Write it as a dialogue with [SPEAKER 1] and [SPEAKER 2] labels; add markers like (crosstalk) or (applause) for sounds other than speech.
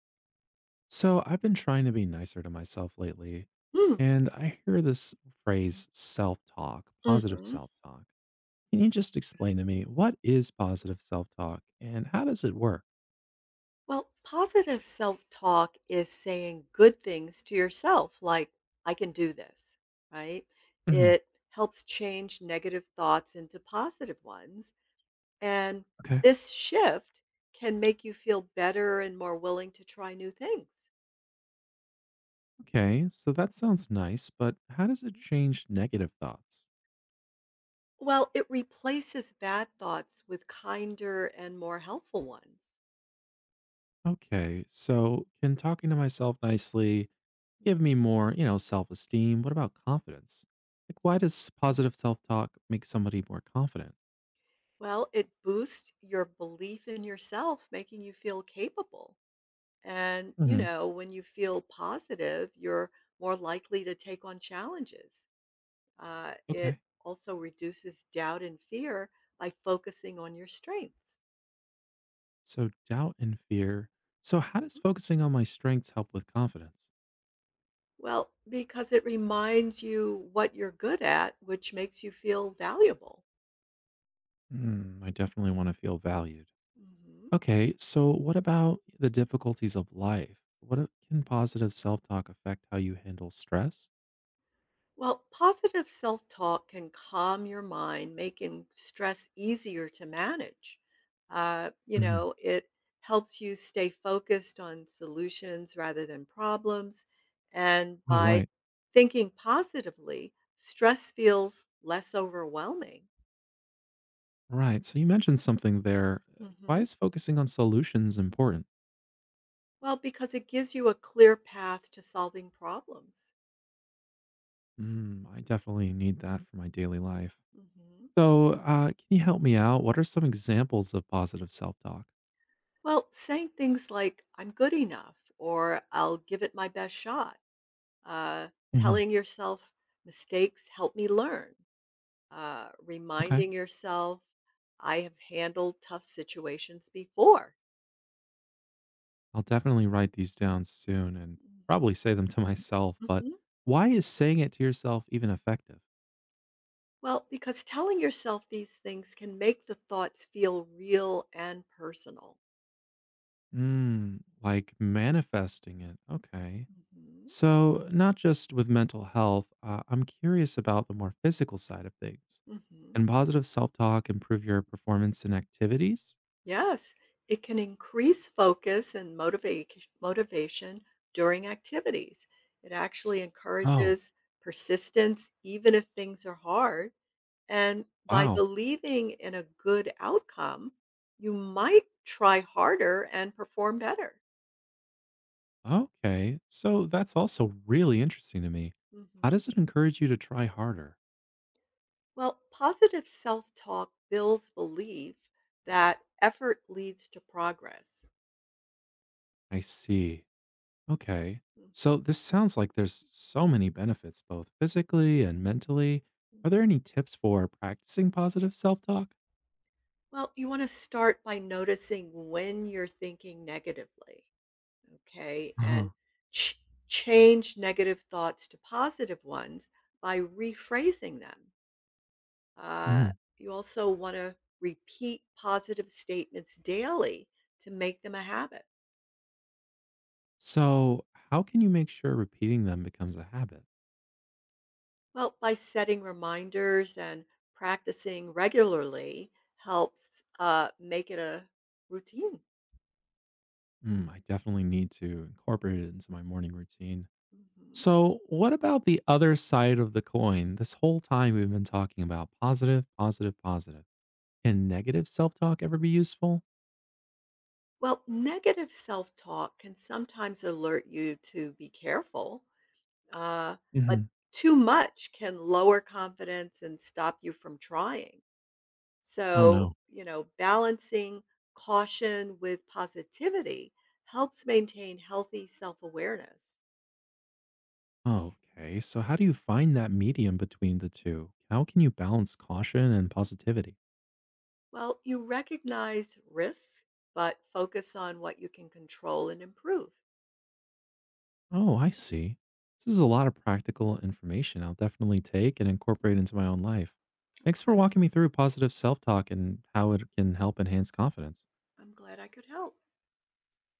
[SPEAKER 1] So I've been trying to be nicer to myself lately,
[SPEAKER 2] Mm,
[SPEAKER 1] and I hear this phrase self talk, positive
[SPEAKER 2] mhm.
[SPEAKER 1] self talk. Can you just explain to me what is positive self talk and how does it work?
[SPEAKER 2] Well, positive self-talk is saying good things to yourself, like, "I can do this," right?
[SPEAKER 1] Hmm.
[SPEAKER 2] It helps change negative thoughts into positive ones, and
[SPEAKER 1] Okay.
[SPEAKER 2] this shift can make you feel better and more willing to try new things.
[SPEAKER 1] Okay. So that sounds nice, but how does it change negative thoughts?
[SPEAKER 2] Well, it replaces bad thoughts with kinder and more helpful ones.
[SPEAKER 1] Okay. So can talking to myself nicely give me more, self esteem? What about confidence? Like, why does positive self talk make somebody more confident?
[SPEAKER 2] Well, it boosts your belief in yourself, making you feel capable. And, you
[SPEAKER 1] Hmm.
[SPEAKER 2] know, when you feel positive, you're more likely to take on challenges. It
[SPEAKER 1] Okay.
[SPEAKER 2] also reduces doubt and fear by focusing on your strengths.
[SPEAKER 1] So doubt and fear. So how does
[SPEAKER 2] Mhm.
[SPEAKER 1] focusing on my strengths help with confidence?
[SPEAKER 2] Well, because it reminds you what you're good at, which makes you feel valuable.
[SPEAKER 1] Hmm, I definitely want to feel valued.
[SPEAKER 2] Mhm.
[SPEAKER 1] Okay, so what about the difficulties of life? Can positive self-talk affect how you handle stress?
[SPEAKER 2] Well, positive self talk can calm your mind, making stress easier to manage.
[SPEAKER 1] Mhm.
[SPEAKER 2] It helps you stay focused on solutions rather than problems. And
[SPEAKER 1] Oh,
[SPEAKER 2] by
[SPEAKER 1] right.
[SPEAKER 2] thinking positively, stress feels less overwhelming.
[SPEAKER 1] Right. So you mentioned something there. Why
[SPEAKER 2] Hmm.
[SPEAKER 1] is focusing on solutions important?
[SPEAKER 2] Well, because it gives you a clear path to solving problems.
[SPEAKER 1] Mm, I definitely need that for my daily life.
[SPEAKER 2] Hmm.
[SPEAKER 1] So, can you help me out? What are some examples of positive self-talk?
[SPEAKER 2] Well, saying things like, "I'm good enough," or "I'll give it my best shot,"
[SPEAKER 1] Mhm.
[SPEAKER 2] telling yourself mistakes help me learn,
[SPEAKER 1] Okay.
[SPEAKER 2] reminding yourself I have handled tough situations before.
[SPEAKER 1] I'll definitely write these down soon and
[SPEAKER 2] Mhm.
[SPEAKER 1] probably say them (laughs) to myself, but
[SPEAKER 2] Mhm.
[SPEAKER 1] why is saying it to yourself even effective?
[SPEAKER 2] Well, because telling yourself these things can make the thoughts feel real and personal.
[SPEAKER 1] Mm, like manifesting it. Okay.
[SPEAKER 2] Mhm.
[SPEAKER 1] So, not just with mental health, I'm curious about the more physical side of things.
[SPEAKER 2] Hmm.
[SPEAKER 1] Can positive self talk improve your performance in activities?
[SPEAKER 2] Yes, it can increase focus and motivation during activities. It actually
[SPEAKER 1] Oh,
[SPEAKER 2] encourages persistence even if things are hard. And by
[SPEAKER 1] wow.
[SPEAKER 2] believing in a good outcome, you might try harder and perform better.
[SPEAKER 1] Okay. So, that's also really interesting to me. How
[SPEAKER 2] Mhm.
[SPEAKER 1] does it encourage you to try harder?
[SPEAKER 2] Well, positive self talk builds belief that effort leads to progress.
[SPEAKER 1] I see. Okay. So
[SPEAKER 2] Mhm.
[SPEAKER 1] this sounds like there's so many benefits, both physically and mentally. Are there any tips for practicing positive self talk?
[SPEAKER 2] Well, you want to start by noticing when you're thinking negatively, okay?
[SPEAKER 1] uh
[SPEAKER 2] And ch- change negative thoughts to positive ones by rephrasing them. Uh,
[SPEAKER 1] Mhm.
[SPEAKER 2] you also want to repeat positive statements daily to make them a habit.
[SPEAKER 1] So, how can you make sure repeating them becomes a habit?
[SPEAKER 2] Well, by setting reminders and practicing regularly helps make it a routine.
[SPEAKER 1] Mm, I definitely need to incorporate it into my morning routine.
[SPEAKER 2] Mhm.
[SPEAKER 1] So, what about the other side of the coin? This whole time we've been talking about positive, positive, positive. Can negative self talk ever be useful?
[SPEAKER 2] Well, negative self talk can sometimes alert you to be careful, uh, but
[SPEAKER 1] Mhm.
[SPEAKER 2] too much can lower confidence and stop you from trying.
[SPEAKER 1] Oh
[SPEAKER 2] So,
[SPEAKER 1] no.
[SPEAKER 2] you know, balancing caution with positivity helps maintain healthy self awareness.
[SPEAKER 1] Okay, so how do you find that medium between the two? How can you balance caution and positivity?
[SPEAKER 2] Well, you recognize risks, but focus on what you can control and improve.
[SPEAKER 1] Oh, I see. This is a lot of practical information I'll definitely take and incorporate into my own life.
[SPEAKER 2] I'm
[SPEAKER 1] Thanks for
[SPEAKER 2] glad.
[SPEAKER 1] walking me through positive self talk and how it can help enhance confidence.
[SPEAKER 2] I'm glad I could help.